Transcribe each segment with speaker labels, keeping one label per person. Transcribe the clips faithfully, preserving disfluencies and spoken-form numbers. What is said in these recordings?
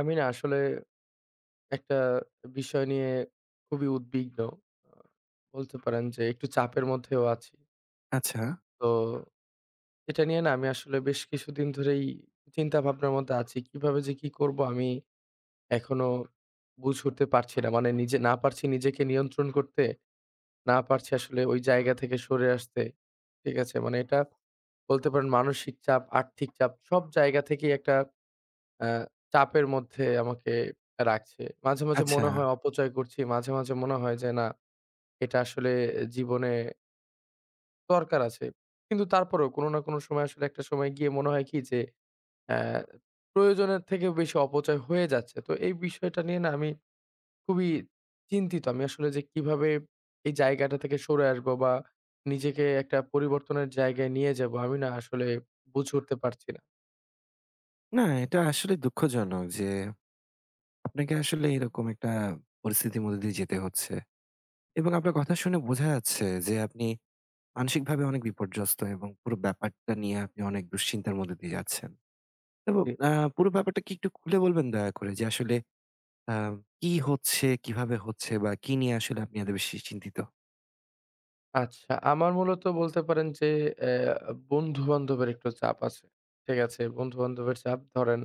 Speaker 1: আমি না আসলে একটা বিষয় নিয়ে খুবই উদ্বিগ্ন। আ বলতে পারেন যে একটু চাপের মধ্যেও আছি।
Speaker 2: আচ্ছা,
Speaker 1: তো এটা নিয়ে না আমি আসলে বেশ কিছুদিন ধরেই চিন্তা ভাবনার মধ্যে আছি। কিভাবে যে কি করব আমি এখনো বুঝে উঠতে পারছি না। মানে নিজে না পারছি নিজেকে নিয়ন্ত্রণ করতে, না পারছি আসলে ওই জায়গা থেকে সরে আসতে। ঠিক আছে? মানে এটা বলতে পারেন মানসিক চাপ, আর্থিক চাপ সব জায়গা থেকেই একটা অ্যা চাপের মধ্যে আমাকে রাখছে। মাঝে, মাঝে
Speaker 2: আচ্ছা।
Speaker 1: মনে হয় অপচয় করছি। মাঝে, মাঝে মনে হয় যে, না এটা আসলে জীবনে দরকার আছে। কিন্তু তারপরেও কোনো না কোনো সময় আসলে একটা সময় গিয়ে মনে হয় কি যে, অ্যা প্রয়োজনের থেকেও বেশি অপচয় হয়ে যাচ্ছে। তো এই বিষয়টা নিয়ে না আমি খুবই চিন্তিত। আমি আসলে যে কিভাবে এই জায়গাটা থেকে সরে আসবো বা নিজেকে একটা পরিবর্তনের জায়গায় নিয়ে যাবো আমি না আসলে বুঝে উঠতে পারছি না।
Speaker 2: না, এটা আসলে দুঃখজনক যে আপনাকে আসলে এরকম একটা পরিস্থিতির মধ্যে দিয়ে যেতে হচ্ছে। এবং আপনার কথা শুনে বোঝা যাচ্ছে যে আপনি মানসিকভাবে অনেক বিপর্যস্ত এবং পুরো ব্যাপারটা নিয়ে আপনি অনেক দুশ্চিন্তার মধ্যে দিয়ে যাচ্ছেন। এবং আ পুরো ব্যাপারটা কি একটু খুলে বলবেন দয়া করে যে আসলে আ কি হচ্ছে, কিভাবে হচ্ছে বা কি নিয়ে আসলে আপনি এত বেশি চিন্তিত?
Speaker 1: আচ্ছা, আমার মূলত বলতে পারেন যে অ্যা বন্ধু-বান্ধবের একটু চাপ আছে। ঠিক আছে? বন্ধু-বান্ধবের চাপ ধরেন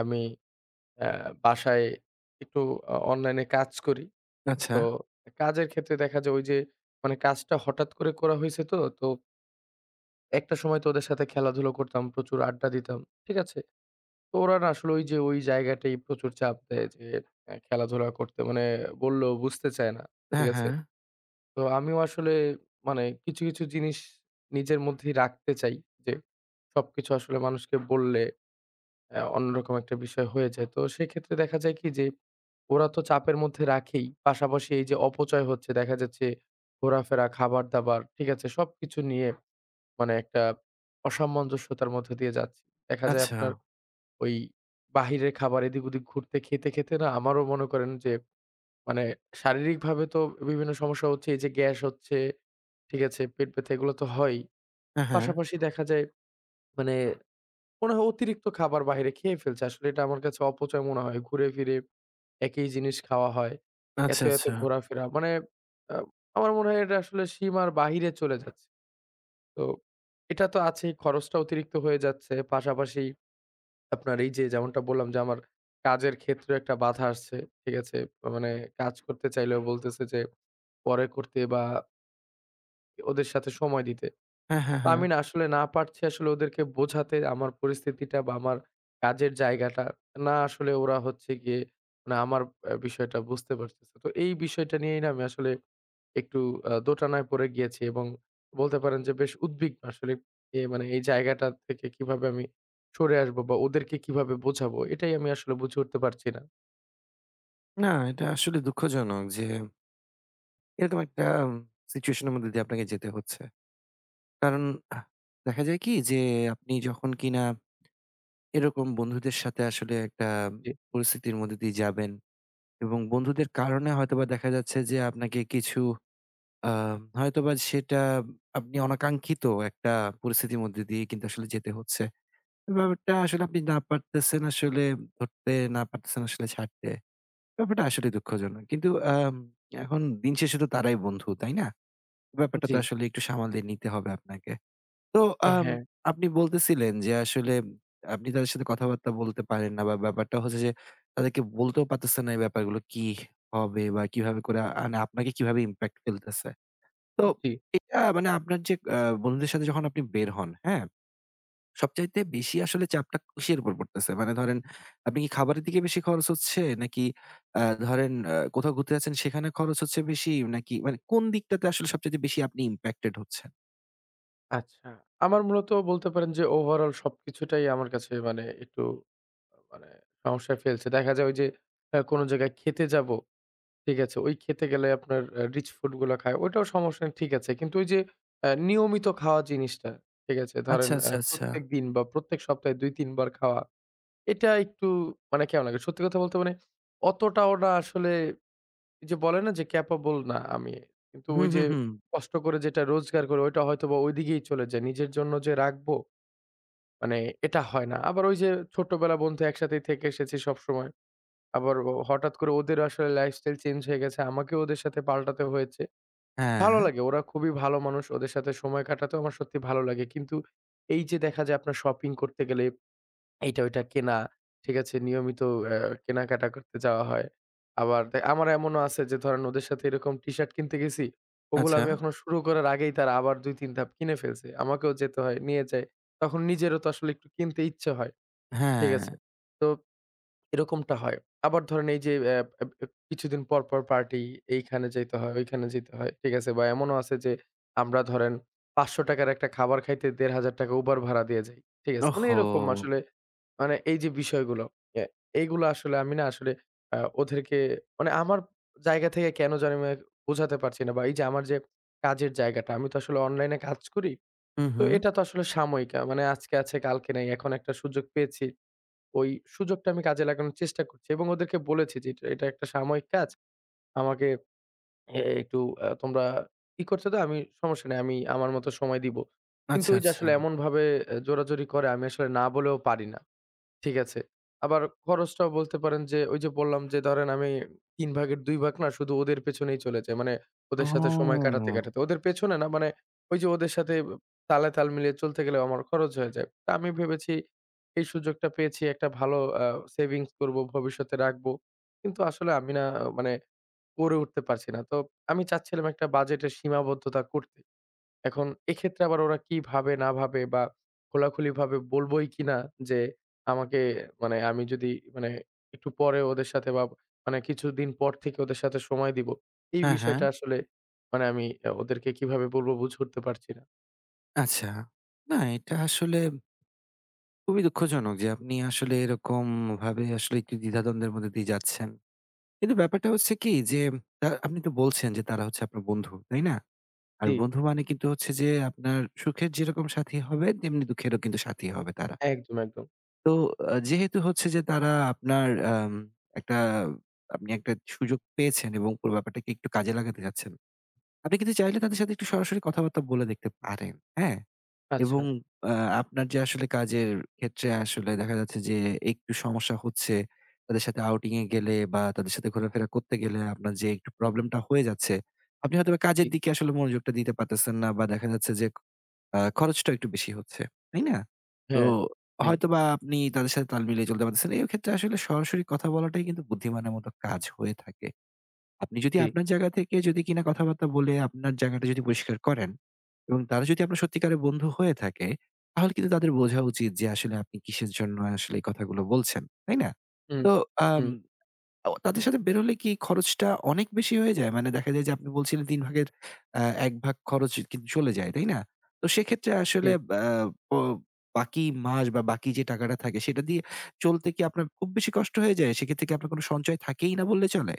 Speaker 1: আমি অ্যা বাসায় একটু অ অনলাইনে কাজ করি।
Speaker 2: আচ্ছা।
Speaker 1: তো কাজের ক্ষেত্রে দেখা যায় ওই যে মানে কাজটা হঠাৎ করে করা হইছে তো, তো একটা সময় তো ওদের সাথে খেলাধুলা করতাম, প্রচুর আড্ডা দিতাম। ঠিক আছে? তো ওরা না আসলে ওই যে ওই জায়গাটাই প্রচুর চাপ দেয় যে অ্যা খেলাধুলা করতে মানে বললেও বুঝতে চায় না। ঠিক
Speaker 2: হ্যাঁ,
Speaker 1: আছে?
Speaker 2: হ্যাঁ।
Speaker 1: তো আমিও আসলে মানে কিছু, কিছু জিনিস নিজের মধ্যেই রাখতে চাই যে, সবকিছু আসলে মানুষকে বললে অ্যা অন্যরকম একটা বিষয় হয়ে যায়। তো সেক্ষেত্রে দেখা যায় কি যে, ওরা তো চাপের মধ্যে রাখেই। পাশাপাশি এই যে অপচয় হচ্ছে দেখা যাচ্ছে ঘোরাফেরা, খাবার-দাবার, ঠিক আছে? সবকিছু নিয়ে মানে একটা অসামঞ্জস্যতার মধ্যে দিয়ে যাচ্ছি। দেখা যায়
Speaker 2: আচ্ছা।
Speaker 1: আপনার ওই বাহিরের খাবার এদিক-ওদিক ঘুরতে খেতে, খেতে না আমারও মনে করেন যে মানে শারীরিকভাবে তো বিভিন্ন সমস্যা হচ্ছে। এই যে গ্যাস হচ্ছে, ঠিক আছে? পেট ব্যথা এগুলো তো হয়ই।
Speaker 2: হ্যাঁ, হ্যাঁ।
Speaker 1: পাশাপাশি দেখা যায় মানে মনে হয় অতিরিক্ত খাবার বাইরে খেয়ে ফেলছে। আসলে এটা আমার কাছে অপচয় মনে হয়। ঘুরে ফিরে একই জিনিস খাওয়া হয়। এত,
Speaker 2: আচ্ছা,
Speaker 1: এত
Speaker 2: আচ্ছা।
Speaker 1: ঘোরাফেরা। মানে আ আমার মনে হয় এটা আসলে সীমার বাহিরে চলে যাচ্ছে। তো এটা তো আছেই খরচটা অতিরিক্ত হয়ে যাচ্ছে। পাশাপাশি আপনার এই যে যেমনটা বললাম যে আমার কাজের ক্ষেত্রে একটা বাধা আসছে। ঠিক আছে? মানে কাজ করতে চাইলেও বলতেছে যে পরে করতে বা ওদের সাথে সময় দিতে।
Speaker 2: হ্যাঁ, হ্যাঁ,
Speaker 1: তো
Speaker 2: হ্যাঁ।
Speaker 1: আমি না আসলে না পারছি আসলে ওদেরকে বোঝাতে আমার পরিস্থিতিটা বা আমার কাজের জায়গাটা। না আসলে ওরা হচ্ছে গিয়ে মানে আমার আ বিষয়টা বুঝতে পারতেছে। তো এই বিষয়টা নিয়েই না আমি আসলে একটু আ দোটানায় পড়ে গিয়েছি এবং বলতে পারেন যে বেশ উদ্বিগ্ন আসলে এ মানে এই জায়গাটা থেকে কিভাবে আমি সরে আসবো বা ওদেরকে কিভাবে বোঝাবো এটাই আমি আসলে বুঝে উঠতে পারছি না।
Speaker 2: না, এটা আসলে দুঃখজনক যে এরকম একটা উম সিচুয়েশন এর মধ্যে দিয়ে আপনাকে যেতে হচ্ছে। কারণ আহ দেখা যায় কি যে আপনি যখন কিনা এরকম বন্ধুদের সাথে আসলে একটা
Speaker 1: জি,
Speaker 2: পরিস্থিতির মধ্যে দিয়ে যাবেন এবং বন্ধুদের কারণে হয়তোবা দেখা যাচ্ছে যে আপনাকে কিছু আ হয়তোবা সেটা আপনি অনাকাঙ্ক্ষিত একটা পরিস্থিতির মধ্যে দিয়ে কিন্তু আসলে যেতে হচ্ছে। এই ব্যাপারটা আসলে আপনি না পারতেছেন আসলে ধরতে, না পারতেছেন আসলে ছাড়তে। ব্যাপারটা আসলে দুঃখজনক। কিন্তু আম এখন দিন শেষে তো তারাই বন্ধু, তাই না? ব্যাপারটা তো
Speaker 1: জি।
Speaker 2: আসলে একটু সামাল দিয়ে নিতে হবে আপনাকে। তো আম
Speaker 1: হ্যাঁ,
Speaker 2: আপনি বলতেছিলেন যে আসলে আপনি তাদের সাথে কথাবার্তা বলতে পারেন না বা ব্যাপারটা হচ্ছে যে তাদেরকে বলতেও পারতেছেন না এই ব্যাপারগুলো কি হবে বা কিভাবে করে আ মানে আপনাকে কিভাবে ইমপ্যাক্ট ফেলতেছে। তো
Speaker 1: জি।
Speaker 2: এটা মানে আপনার যে আ বন্ধুদের সাথে যখন আপনি বের হন, হ্যাঁ? সবচাইতে বেশি আসলে চাপটা কিসের উপর পড়তেছে? মানে ধরেন আপনি কি খাবারের দিকে বেশি খরচ হচ্ছে? নাকি আ ধরেন আ কোথাও ঘুরতে যাচ্ছেন সেখানে খরচ হচ্ছে বেশি? নাকি মানে কোন দিকটাতে আসলে সবচাইতে বেশি আপনি ইমপ্যাক্টেড হচ্ছেন?
Speaker 1: আচ্ছা। আমার মূলত বলতে পারেন যে ওভারঅল সবকিছুটাই আমার কাছে মানে একটু মানে সমস্যায় ফেলছে। দেখা যায় ওই যে আ কোনো জায়গায় খেতে যাবো ঠিক আছে। ওই খেতে গেলে আপনার অ্যা রিচ ফুড গুলা খায়। ওইটাও সমস্যা নেই ঠিক আছে। কিন্তু ওই যে অ্যা নিয়মিত খাওয়া জিনিসটা, ঠিক আছে?
Speaker 2: আচ্ছা,
Speaker 1: ধরেন অ্যা
Speaker 2: আচ্ছা, আচ্ছা।
Speaker 1: প্রত্যেকদিন বা প্রত্যেক সপ্তাহে দুই তিন বার খাওয়া। এটা একটু মানে কেমন লাগে? সত্যি কথা বলতে মানে অতটাও না আসলে এই যে বলে না যে ক্যাপাবল না আমি। কিন্তু
Speaker 2: হুম,
Speaker 1: ওই যে
Speaker 2: হুম, হুম।
Speaker 1: কষ্ট করে যেটা রোজগার করি ওইটা হয়তোবা ওইদিকেই চলে যায়। নিজের জন্য যে রাখবো মানে এটা হয় না। আবার ওই যে ছোটবেলা বন্ধু একসাথেই থেকে এসেছি সবসময়। আবার ও হঠাৎ করে ওদের আসলে লাইফস্টাইল চেঞ্জ হয়ে গেছে। আমাকেও ওদের সাথে পাল্টাতে হয়েছে।
Speaker 2: হ্যাঁ,
Speaker 1: ভালো লাগে। ওরা খুবই ভালো মানুষ। ওদের সাথে সময় কাটাতেও আমার সত্যি ভালো লাগে। কিন্তু এই যে দেখা যায় আপনার শপিং করতে গেলে এইটা ওইটা কেনা, ঠিক আছে? নিয়মিত অ্যা কেনাকাটা করতে যাওয়া হয়। আবার দে আমার এমনও আছে যে ধরেন ওদের সাথে এরকম টি-শার্ট কিনতে গেছি। ওগুলো
Speaker 2: আচ্ছা।
Speaker 1: আমি এখনো শুরু করার আগেই তারা আবার দুই তিন ধাপ কিনে ফেলছে। আমাকেও যেতে হয়, নিয়ে যাই। তখন নিজেরও তো আসলে একটু কিনতে ইচ্ছে হয়। ঠিক
Speaker 2: হ্যাঁ।
Speaker 1: আছে? তো এরকমটা হয়। আবার ধরেন এই যে অ্যা অ্যা কিছুদিন পর, পর পার্টি এইখানে যাইতে হয়, ওইখানে যেতে হয়। ঠিক আছে? বা এমনও আছে যে আমরা ধরেন ৳পাঁচশ র একটা খাবার খাইতে ৳পনেরশ উবার ভাড়া দিয়ে যাই। ঠিক আছে? মানে
Speaker 2: ওহহো!
Speaker 1: এরকম আসলে মানে এই যে বিষয়গুলো, এ এইগুলো আসলে আমি না আসলে আ ওদেরকে মানে আমার জায়গা থেকে কেন জানি না বোঝাতে পারছি না বা এই যে আমার যে কাজের জায়গাটা, আমি তো আসলে অনলাইনে কাজ করি।
Speaker 2: হুম,
Speaker 1: তো
Speaker 2: হুম।
Speaker 1: এটা তো আসলে সাময়িক। আ মানে আজকে আছে কালকে নাই। এখন একটা সুযোগ পেয়েছি। ওই সুযোগটা আমি কাজে লাগানোর চেষ্টা করছি এবং ওদেরকে বলেছি যে, "এটা এটা একটা সাময়িক কাজ। আমাকে এ একটু আ তোমরা ই করছো তো আমি সমস্যা নেই। আমি আমার মতো সময় দিব।" কিন্তু
Speaker 2: আচ্ছা,
Speaker 1: ওই যে
Speaker 2: আচ্ছা।
Speaker 1: আসলে এমনভাবে এ জোরাজুরি করে আমি আসলে না বলেও পারি না। ঠিক আছে। আবার খরচটাও বলতে পারেন যে, ওই যে বললাম যে ধরেন আমি তিন ভাগের দুই ভাগ না শুধু ওদের পেছনেই চলে যাই। মানে ওদের সাথে সময়
Speaker 2: ও!
Speaker 1: কাটাতে, কাটাতে। ওদের পেছনে না মানে ওই যে ওদের সাথে তালে তাল মিলিয়ে চলতে গেলেও আমার খরচ হয়ে যায়। তা আমি ভেবেছি এই সুযোগটা পেয়েছি একটা ভালো আ সেভিংস করবো, ভবিষ্যতে রাখবো। কিন্তু আসলে আমি না মানে করে উঠতে পারছি না। তো আমি চাচ্ছিলাম একটা বাজেটের সীমাবদ্ধতা করতে। এখন এক্ষেত্রে আবার ওরা কি ভাবে না ভাবে বা খোলাখুলিভাবে বলবোই কিনা যে আমাকে মানে আমি যদি মানে একটু পরে ওদের সাথে বা মানে কিছুদিন পর থেকে ওদের সাথে সময় দিব। এই
Speaker 2: হ্যাঁ, হ্যাঁ।
Speaker 1: বিষয়টা আসলে মানে আমি আ ওদেরকে কিভাবে বলবো বুঝে উঠতে পারছি না।
Speaker 2: আচ্ছা। না, এটা আসলে খুবই দুঃখজনক যে আপনি আসলে এরকমভাবে আসলে একটু দ্বিধাদ্বন্দ্বের মধ্যে দিয়ে যাচ্ছেন। কিন্তু ব্যাপারটা হচ্ছে কি যে আ আপনি তো বলছেন যে তারা হচ্ছে আপনার বন্ধু, তাই না? আর
Speaker 1: জি,
Speaker 2: বন্ধু মানে কিন্তু হচ্ছে যে আপনার সুখের যেরকম সাথী হবে তেমনি দুঃখেরও কিন্তু সাথী হবে তারা।
Speaker 1: একদম, একদম।
Speaker 2: তো আ যেহেতু হচ্ছে যে তারা আপনার আম একটা আপনি একটা সুযোগ পেয়েছেন এবং পুরো ব্যাপারটাকে একটু কাজে লাগাতে চাচ্ছেন। আপনি কিন্তু চাইলে তাদের সাথে একটু সরাসরি কথাবার্তা বলে দেখতে পারেন। হ্যাঁ? এবং
Speaker 1: আচ্ছা,
Speaker 2: আ আপনার যে আসলে কাজের ক্ষেত্রে আসলে দেখা যাচ্ছে যে একটু সমস্যা হচ্ছে। তাদের সাথে আউটিং এ গেলে বা তাদের সাথে ঘোরাফেরা করতে গেলে আপনার যে একটু প্রবলেমটা হয়ে যাচ্ছে। আপনি হয়তোবা
Speaker 1: জি,
Speaker 2: কাজের দিকে আসলে মনোযোগটা দিতে পারতেছেন না বা দেখা যাচ্ছে যে আ খরচটাও একটু বেশি হচ্ছে। তাই না? তো
Speaker 1: হ্যাঁ, জি,
Speaker 2: হয়তোবা আপনি তাদের সাথে তাল মিলিয়ে চলতে পারতেছেন। এই ক্ষেত্রে আসলে সরাসরি কথা বলাটাই কিন্তু বুদ্ধিমানের মতো কাজ হয়ে থাকে। আপনি যদি
Speaker 1: জি,
Speaker 2: আপনার জায়গা থেকে যদি কিনা কথাবার্তা বলে আপনার জায়গাটা যদি পরিষ্কার করেন এবং তারা যদি আপনার সত্যিকারের বন্ধু হয়ে থাকে, তাহলে কিন্তু তাদের বোঝা উচিত যে আসলে আপনি কিসের জন্য আসলে এই কথাগুলো বলছেন। তাই না?
Speaker 1: হুম,
Speaker 2: তো আম
Speaker 1: হুম,
Speaker 2: আ তাদের সাথে বের হলে কি খরচটা অনেক বেশি হয়ে যায়? মানে দেখা যায় যে আপনি বলছিলেন তিন ভাগের আ এক ভাগ খরচ কিন্তু চলে যায়, তাই না? তো সেক্ষেত্রে
Speaker 1: জি।
Speaker 2: আসলে আ প বাকি মাস বা বাকি যে টাকাটা থাকে সেটা দিয়ে চলতে কি আপনার খুব বেশি কষ্ট হয়ে যায়? সেক্ষেত্রে কি আপনার কোনো সঞ্চয় থাকেই না বললে চলে?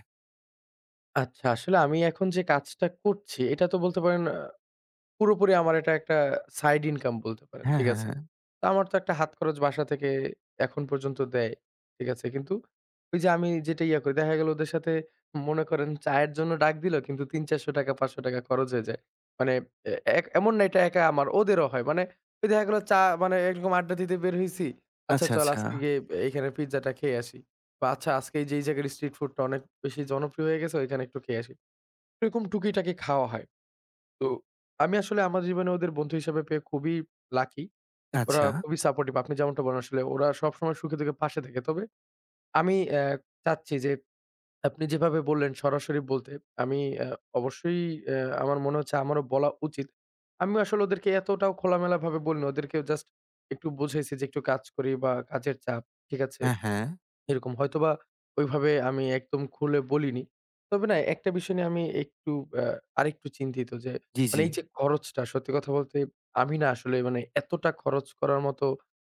Speaker 1: আচ্ছা, আসলে আমি এখন যে কাজটা করছি এটা তো বলতে পারেন আ পুরোপুরি আমার এটা একটা সাইড ইনকাম বলতে পারেন।
Speaker 2: হ্যাঁ,
Speaker 1: ঠিক
Speaker 2: হ্যাঁ,
Speaker 1: আছে?
Speaker 2: হ্যাঁ।
Speaker 1: তো আমার তো একটা হাত খরচ বাসা থেকে এখন পর্যন্ত দেয়। ঠিক আছে? কিন্তু ওই যে আমি যেটা ইয়া করি দেখা গেল ওদের সাথে মনে করেন চায়ের জন্য ডাক দিল কিন্তু ৳তিনশ-৳চারশ ৳পাঁচশ খরচ হয়ে যায়। মানে এ এক এমন না এটা একা আমার ওদেরও হয়। মানে ওই দেখা গেল চা মানে এরকম আড্ডা দিতে বের হইছি। আচ্ছা
Speaker 2: আচ্ছা,
Speaker 1: চল
Speaker 2: আচ্ছা,
Speaker 1: আজকে গিয়ে এখানে পিজ্জাটা খেয়ে আসি। বা আচ্ছা আজকে এই যে এই জায়গার স্ট্রিট ফুডটা অনেক বেশি জনপ্রিয় হয়ে গেছে ওইখানে একটু খেয়ে আসি। এরকম টুকিটাকি খাওয়া হয়। তো আমি আসলে আমার জীবনে ওদের বন্ধু হিসেবে পেয়ে খুবই লাকি। ওরা
Speaker 2: আচ্ছা।
Speaker 1: খুবই সাপোর্টিভ। আপনি যেমনটা বলেন আসলে ওরা সবসময় সুখে-দুঃখে পাশে থাকে। তবে আমি অ্যা চাচ্ছি যে আপনি যেভাবে বললেন সরাসরি বলতে, আমি অ্যা অবশ্যই অ্যা আমার মনে হচ্ছে আমারও বলা উচিত। আমিও আসলে ওদেরকে এতটাও খোলামেলাভাবে বলিনি। ওদেরকে জাস্ট একটু বুঝাইছি যে একটু কাজ করি বা কাজের চাপ। ঠিক আছে?
Speaker 2: হ্যাঁ, হ্যাঁ।
Speaker 1: এরকম হয়তোবা ওইভাবে আমি একদম খুলে বলিনি। তবে না একটা বিষয় নিয়ে আমি একটু আ আরেকটু চিন্তিত যে
Speaker 2: জি,
Speaker 1: মানে
Speaker 2: জি।
Speaker 1: এই যে খরচটা সত্যি কথা বলতে আমি না আসলে মানে এতটা খরচ করার মতো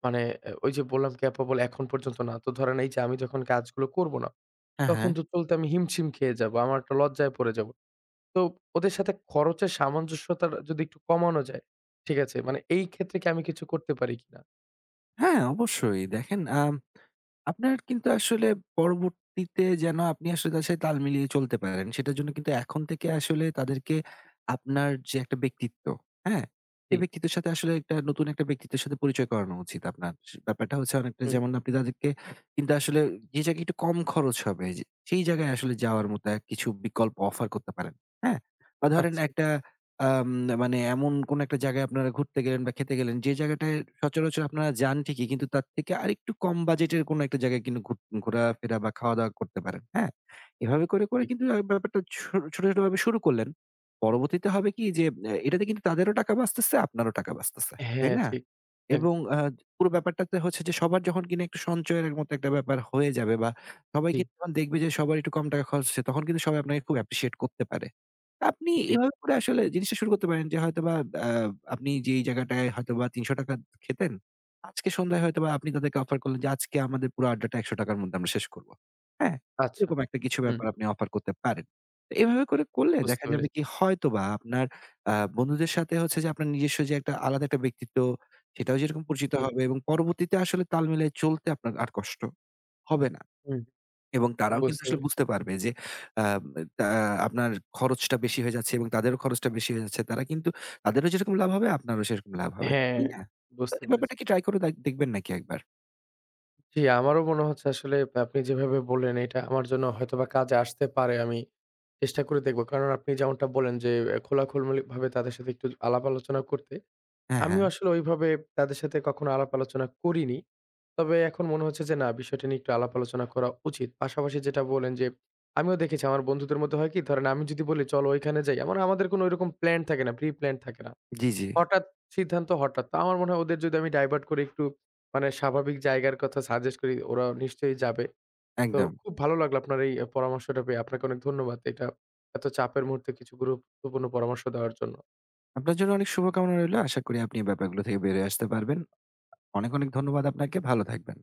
Speaker 1: মানে এ ওই যে বললাম ক্যাপেবল এখন পর্যন্ত না। তো ধরেন এই যে আমি যখন কাজগুলো করব না,
Speaker 2: হ্যাঁ, হ্যাঁ।
Speaker 1: তখন তো চলতে আমি হিমশিম খেয়ে যাবো। আমার একটা লজ্জায় পড়ে যাবো। তো ওদের সাথে খরচের সামঞ্জস্যতা যদি একটু কমানো যায়, ঠিক আছে? মানে এই ক্ষেত্রে কি আমি কিছু করতে পারি কিনা?
Speaker 2: হ্যাঁ, অবশ্যই। দেখেন, আম আপনার কিন্তু আসলে পরবর্তীতে যেন আপনি আসলে তাদের সাথে তাল মিলিয়ে চলতে পারেন, সেটার জন্য কিন্তু এখন থেকে আসলে তাদেরকে আপনার যে একটা ব্যক্তিত্ব, হ্যাঁ?
Speaker 1: জি,
Speaker 2: সেই ব্যক্তিত্বের সাথে আসলে একটা নতুন একটা ব্যক্তিত্বের সাথে পরিচয় করানো উচিত আপনার। স ব্যাপারটা হচ্ছে অনেকটা
Speaker 1: হুম,
Speaker 2: যেমন আপনি তাদেরকে কিন্তু আসলে যে জায়গায় একটু কম খরচ হবে যে সেই জায়গায় আসলে যাওয়ার মতো এক কিছু বিকল্প অফার করতে পারেন, হ্যাঁ? বা ধরেন
Speaker 1: আচ্ছা।
Speaker 2: একটা আম মানে এমন কোনো একটা জায়গায় আপনারা ঘুরতে গেলেন বা খেতে গেলেন, যে জায়গাটায় সচরাচর আপনারা যান ঠিকই কিন্তু তার থেকে আরেকটু কম বাজেটের কোনো একটা জায়গায় কিন্তু ঘুর ঘোরাফেরা বা খাওয়া-দাওয়া করতে পারেন, হ্যাঁ? এভাবে করে, করে
Speaker 1: জি।
Speaker 2: কিন্তু আ ব্যাপারটা ছো ছোট, ছোটভাবে শুরু করলেন। পরবর্তীতে হবে কি যে, এ এটাতে কিন্তু তাদেরও টাকা বাঁচতেছে, আপনারও টাকা বাঁচতেছে। তাই
Speaker 1: হ্যাঁ,
Speaker 2: না?
Speaker 1: ঠিক। এক
Speaker 2: এবং আ পুরো ব্যাপারটাতে হচ্ছে যে সবার যখন কিনা একটু সঞ্চয়ের মতো একটা ব্যাপার হয়ে যাবে বা সবাই
Speaker 1: জি।
Speaker 2: কিন্তু যখন দেখবে যে সবার একটু কম টাকা খরচ হচ্ছে, তখন কিন্তু সবাই আপনাকে খুব অ্যাপ্রিশিয়েট করতে পারে। আপনি
Speaker 1: জি
Speaker 2: এভাবে করে আসলে জিনিসটা শুরু করতে পারেন যে হয়তোবা আ আপনি যেই জায়গাটায় হয়তোবা ৳তিনশো খেতেন, আজকে সন্ধ্যায় হয়তোবা আপনি তাদেরকে অফার করলেন যে, "আজকে আমাদের পুরো আড্ডাটা ৳একশো র মধ্যে আমরা শেষ করব।" হ্যাঁ?
Speaker 1: আচ্ছা।
Speaker 2: এরকম একটা কিছু
Speaker 1: হুম,
Speaker 2: ব্যাপার আপনি অফার করতে পারেন। তো এভাবে করে করলে দেখা
Speaker 1: বুঝতে
Speaker 2: যাবে
Speaker 1: পেরেছি।
Speaker 2: কি হয়তোবা আপনার আ বন্ধুদের সাথে হচ্ছে যে আপনার নিজস্ব যে একটা আলাদা একটা ব্যক্তিত্ব সেটাও যেরকম পরিচিত
Speaker 1: জি,
Speaker 2: হবে এবং পরবর্তীতে আসলে তাল মিলায়ে চলতে আপনার আর কষ্ট হবে না।
Speaker 1: হুম,
Speaker 2: এবং তারাও কিন্তু
Speaker 1: বুঝতে
Speaker 2: আসলে
Speaker 1: পেরেছি।
Speaker 2: বুঝতে পারবে যে আ তা আপনার খরচটা বেশি হয়ে যাচ্ছে এবং তাদেরও খরচটা বেশি হয়ে যাচ্ছে। তারা কিন্তু তাদেরও যেরকম লাভ হবে আপনারও সেরকম লাভ হবে।
Speaker 1: হ্যাঁ,
Speaker 2: তাই না? তো
Speaker 1: বুঝতে
Speaker 2: এই ব্যাপারটা
Speaker 1: পেরেছি।
Speaker 2: কি ট্রাই করে দেখ দেখবেন নাকি একবার?
Speaker 1: জি, আমারও মনে হচ্ছে আসলে আপনি যেভাবে বললেন এটা আমার জন্য হয়তোবা কাজে আসতে পারে। আমি চেষ্টা করে দেখব। কারণ আপনি যেমনটা বললেন যে অ্যা খোলাখুলমুলিভাবে তাদের সাথে একটু আলাপ আলোচনা করতে।
Speaker 2: হ্যাঁ, হ্যাঁ।
Speaker 1: আমিও আসলে ওইভাবে তাদের সাথে কখনো আলাপ আলোচনা করিনি। তবে এখন মনে হচ্ছে যে না বিষয়টা নিয়ে একটু আলাপ আলোচনা করা উচিত। পাশাপাশি যেটা বললেন যে আমিও দেখেছি আমার বন্ধুদের মধ্যে হয় কি ধরেন আমি যদি বলি চলো ওইখানে যাই। আমার আমাদের কোনো ওইরকম প্ল্যান থাকে না, প্রি প্ল্যান থাকে না।
Speaker 2: জি, জি।
Speaker 1: হঠাৎ সিদ্ধান্ত হঠাৎ। তো আমার মনে হয় ওদের যদি আমি ডাইভার্ট করে একটু মানে স্বাভাবিক জায়গার কথা সাজেস্ট করি, ওরা নিশ্চয়ই যাবে। তো
Speaker 2: একদম।
Speaker 1: খুব ভালো লাগলো আপনার এই পরামর্শটা পেয়ে। আপনাকে অনেক ধন্যবাদ। এটা এত চাপের মুহূর্তে কিছু গুরুত্বপূর্ণ পরামর্শ দেওয়ার জন্য।
Speaker 2: আপনার জন্য অনেক শুভকামনা রইলো। আশা করি আপনি এই ব্যাপারগুলো থেকে বেরিয়ে আসতে পারবেন। অনেক, অনেক ধন্যবাদ আপনাকে। ভালো থাকবেন।